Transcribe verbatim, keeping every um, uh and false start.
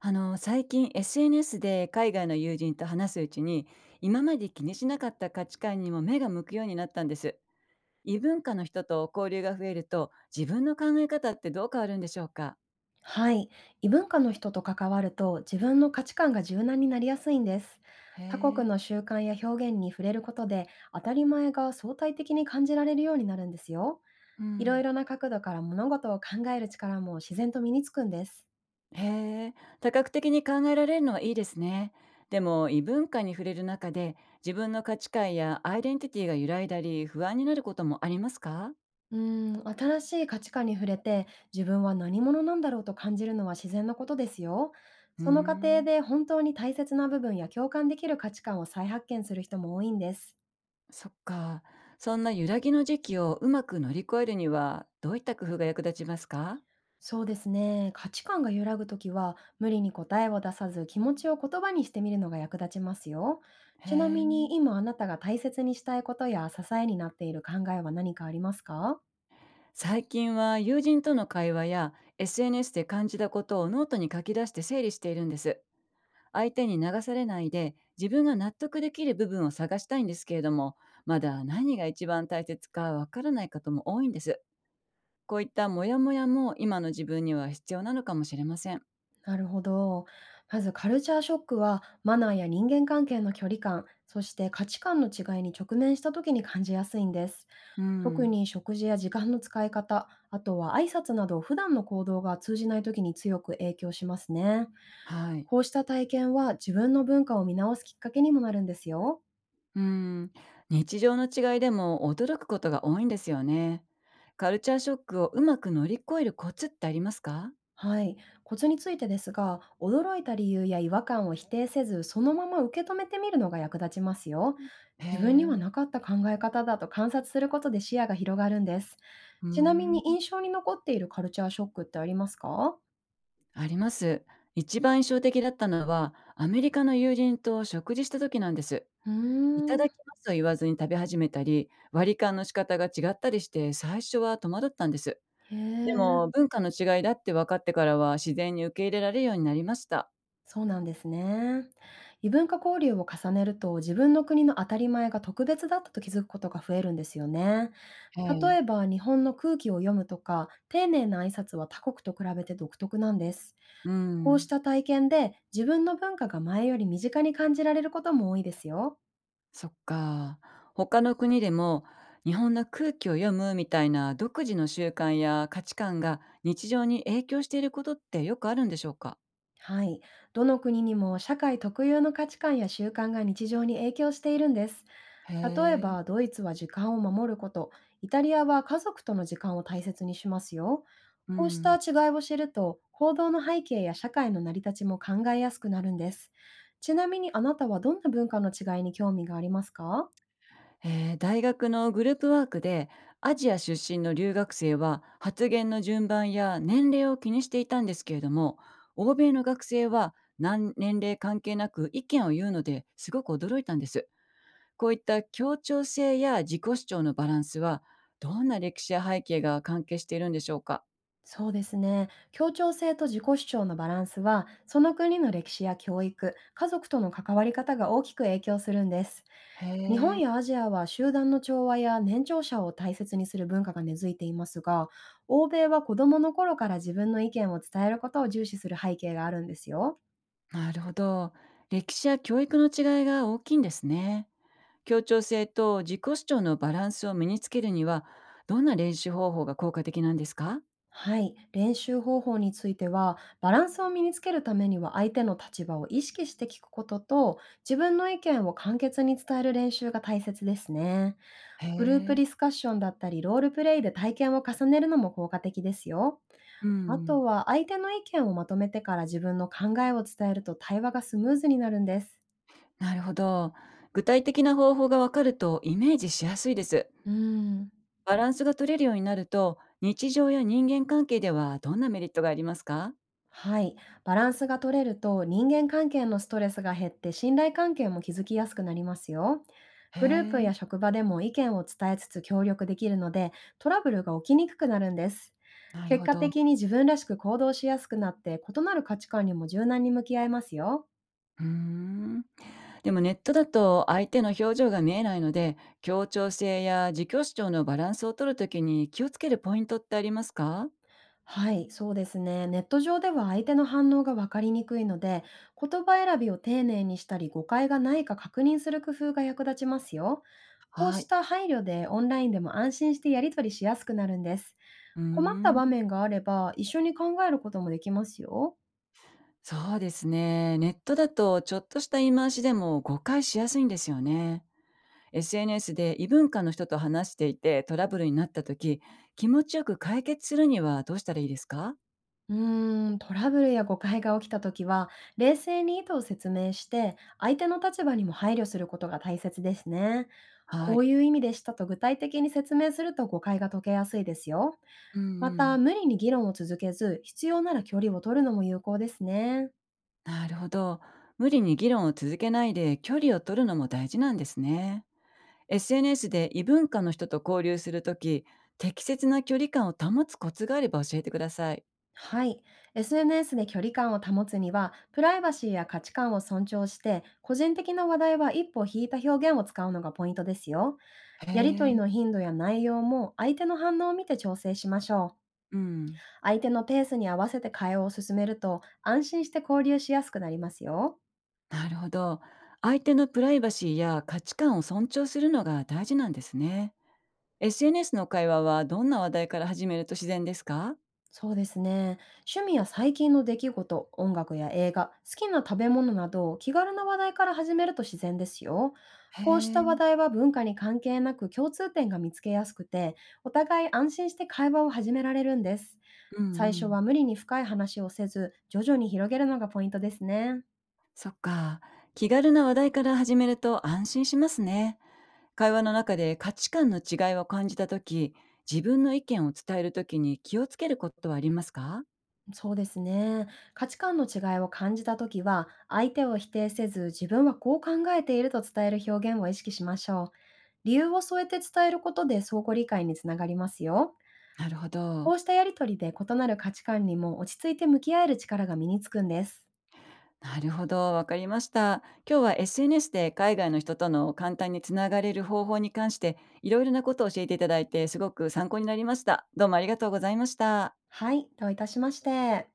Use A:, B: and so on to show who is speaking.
A: あの最近 エスエヌエス で海外の友人と話すうちに、今まで気にしなかった価値観にも目が向くようになったんです。異文化の人と交流が増えると、自分の考え方ってどう変わるんでしょうか？
B: はい。異文化の人と関わると自分の価値観が柔軟になりやすいんです。
A: へ
B: 他国
A: え。
B: の習慣や表現に触れることで当たり前が相対的に感じられるようになるんですよ。
A: う
B: いろい
A: ん。
B: ろな角度から物事を考える力も自然と身につくんです。
A: へえ。多角的に考えられるのはいいですね。でも異文化に触れる中で、自分の価値観やアイデンティティが揺らいだり不安になることもありますか？
B: うーん、新しい価値観に触れて自分は何者なんだろうと感じるのは自然なことですよ。
A: うー
B: その過程
A: ん、
B: で本当に大切な部分や共感できる価値観を再発見する人も多いんです。
A: そっか。そんな揺らぎの時期をうまく乗り越えるには、どういった工夫が役立ちますか？
B: そうですね。価値観が揺らぐときは、無理に答えを出さず、気持ちを言葉にしてみるのが役立ちますよ。
A: へ
B: ちなみに、
A: え。
B: 今あなたが大切にしたいことや支えになっている考えは何かありますか？
A: 最近は友人との会話や エスエヌエス で感じたことをノートに書き出して整理しているんです。相手に流されないで自分が納得できる部分を探したいんですけれども、まだ何が一番大切かわからない方も多いんです。こういったモヤモヤも今の自分には必要なのかもしれません。
B: なるほど。まず、カルチャーショックは、マナーや人間関係の距離感、そして価値観の違いに直面したときに感じやすいんです。
A: う
B: 特
A: ん。
B: に食事や時間の使い方、あとは挨拶など普段の行動が通じないときに強く影響しますね。
A: はい。
B: こうした体験は自分の文化を見直すきっかけにもなるんですよ。
A: うーん、日常の違いでも驚くことが多いんですよね。カルチャーショックをうまく乗り越えるコツってありますか？
B: はい。コツについてですが、驚いた理由や違和感を否定せず、そのまま受け止めてみるのが役立ちますよ。
A: へ
B: 自分には
A: え、
B: なかった考え方だと観察することで視野が広がるんです。
A: う
B: ちなみ
A: ー
B: に
A: ん、
B: 印象に残っているカルチャーショックってありますか？
A: あります。一番印象的だったのは、アメリカの友人と食事した時なんです。
B: う
A: いた
B: ー
A: だき
B: ん。
A: ますと言わずに食べ始めたり、割り勘の仕方が違ったりして、最初は戸惑ったんです。
B: へ
A: で
B: え。
A: も、文化の違いだって分かってからは自然に受け入れられるようになりました。
B: そうなんですね。異文化交流を重ねると自分の国の当たり前が特別だったと気づくことが増えるんですよね。
A: へ
B: 例
A: え。
B: えば日本の空気を読むとか丁寧な挨拶は他国と比べて独特なんです。
A: う
B: こうし
A: ん。
B: た体験で自分の文化が前より身近に感じられることも多いですよ。
A: そっか。他の国でも、日本の空気を読むみたいな独自の習慣や価値観が日常に影響していることってよくあるんでしょうか？
B: はい。どの国にも社会特有の価値観や習慣が日常に影響しているんです。
A: へ
B: 例え
A: え。
B: ば、ドイツは時間を守ること、イタリアは家族との時間を大切にしますよ。
A: う
B: こうした
A: ん。
B: 違いを知ると、行動の背景や社会の成り立ちも考えやすくなるんです。ちなみにあなたはどんな文化の違いに興味がありますか？
A: えー、大学のグループワークで、アジア出身の留学生は発言の順番や年齢を気にしていたんですけれども、欧米の学生は何年齢関係なく意見を言うのですごく驚いたんです。こういった協調性や自己主張のバランスは、どんな歴史や背景が関係しているんでしょうか？
B: そうですね。協調性と自己主張のバランスは、その国の歴史や教育、家族との関わり方が大きく影響するんです。
A: へ
B: 日本
A: え。
B: やアジアは集団の調和や年長者を大切にする文化が根付いていますが、欧米は子供の頃から自分の意見を伝えることを重視する背景があるんですよ。
A: なるほど。歴史や教育の違いが大きいんですね。協調性と自己主張のバランスを身につけるには、どんな練習方法が効果的なんですか？
B: はい、練習方法については、バランスを身につけるためには相手の立場を意識して聞くことと、自分の意見を簡潔に伝える練習が大切ですね。
A: へ
B: グループ
A: え。
B: ディスカッションだったり、ロールプレイで体験を重ねるのも効果的ですよ。
A: う
B: あと
A: ん、
B: は相手の意見をまとめてから自分の考えを伝えると対話がスムーズになるんです。
A: なるほど。具体的な方法がわかるとイメージしやすいです。
B: うん。
A: バランスが取れるようになると、日常や人間関係ではどんなメリットがありますか？
B: はい。バランスが取れると人間関係のストレスが減って信頼関係も築きやすくなりますよ。
A: へ
B: グループ
A: え。
B: や職場でも意見を伝えつつ協力できるのでトラブルが起きにくくなるんです。
A: なる
B: 結
A: ほ
B: 果
A: ど。
B: 的に自分らしく行動しやすくなって異なる価値観にも柔軟に向き合えますよ。
A: うーん。でもネットだと相手の表情が見えないので、協調性や自己主張のバランスを取るときに気をつけるポイントってありますか？
B: はい、そうですね。ネット上では相手の反応が分かりにくいので、言葉選びを丁寧にしたり、誤解がないか確認する工夫が役立ちますよ。こう
A: は
B: し
A: い。
B: た配慮でオンラインでも安心してやり取りしやすくなるんです。
A: うー
B: 困った場
A: ん。
B: 面があれば、一緒に考えることもできますよ。
A: そうですね。ネットだとちょっとした言い回しでも誤解しやすいんですよね。エスエヌエス で異文化の人と話していてトラブルになったとき、気持ちよく解決するにはどうしたらいいですか？
B: うーん、トラブルや誤解が起きたときは、冷静に意図を説明して、相手の立場にも配慮することが大切ですね。
A: は
B: こう
A: い。
B: いう意味でしたと具体的に説明すると誤解が解けやすいですよ。
A: うん
B: ま
A: うん。
B: た、無理に議論を続けず、必要なら距離を取るのも有効ですね。
A: なるほど。無理に議論を続けないで距離を取るのも大事なんですね。エスエヌエス で異文化の人と交流するとき、適切な距離感を保つコツがあれば教えてください。
B: はい。エスエヌエス で距離感を保つには、プライバシーや価値観を尊重して、個人的な話題は一歩引いた表現を使うのがポイントですよ。
A: へ
B: やりとり
A: え。
B: の頻度や内容も、相手の反応を見て調整しましょう。
A: うん。
B: 相手のペースに合わせて会話を進めると、安心して交流しやすくなりますよ。
A: なるほど。相手のプライバシーや価値観を尊重するのが大事なんですね。エスエヌエス の会話はどんな話題から始めると自然ですか？
B: そうですね。趣味や最近の出来事、音楽や映画、好きな食べ物など、気軽な話題から始めると自然ですよ。
A: へ
B: こうした話
A: え。
B: 題は文化に関係なく共通点が見つけやすくて、お互い安心して会話を始められるんです。
A: うんう
B: 最初
A: ん。
B: は無理に深い話をせず、徐々に広げるのがポイントですね。
A: そっか。気軽な話題から始めると安心しますね。会話の中で価値観の違いを感じた時、自分の意見を伝える時に気をつけることはありますか？
B: そうですね。価値観の違いを感じたときは、相手を否定せず、自分はこう考えていると伝える表現を意識しましょう。理由を添えて伝えることで相互理解につながりますよ。
A: なるほ
B: こ
A: ど。
B: うしたやりとりで異なる価値観にも落ち着いて向き合える力が身につくんです。
A: なるほど、わかりました。今日は エスエヌエス で海外の人との簡単につながれる方法に関していろいろなことを教えていただいて、すごく参考になりました。どうもありがとうございました。
B: はい、どういたしまして。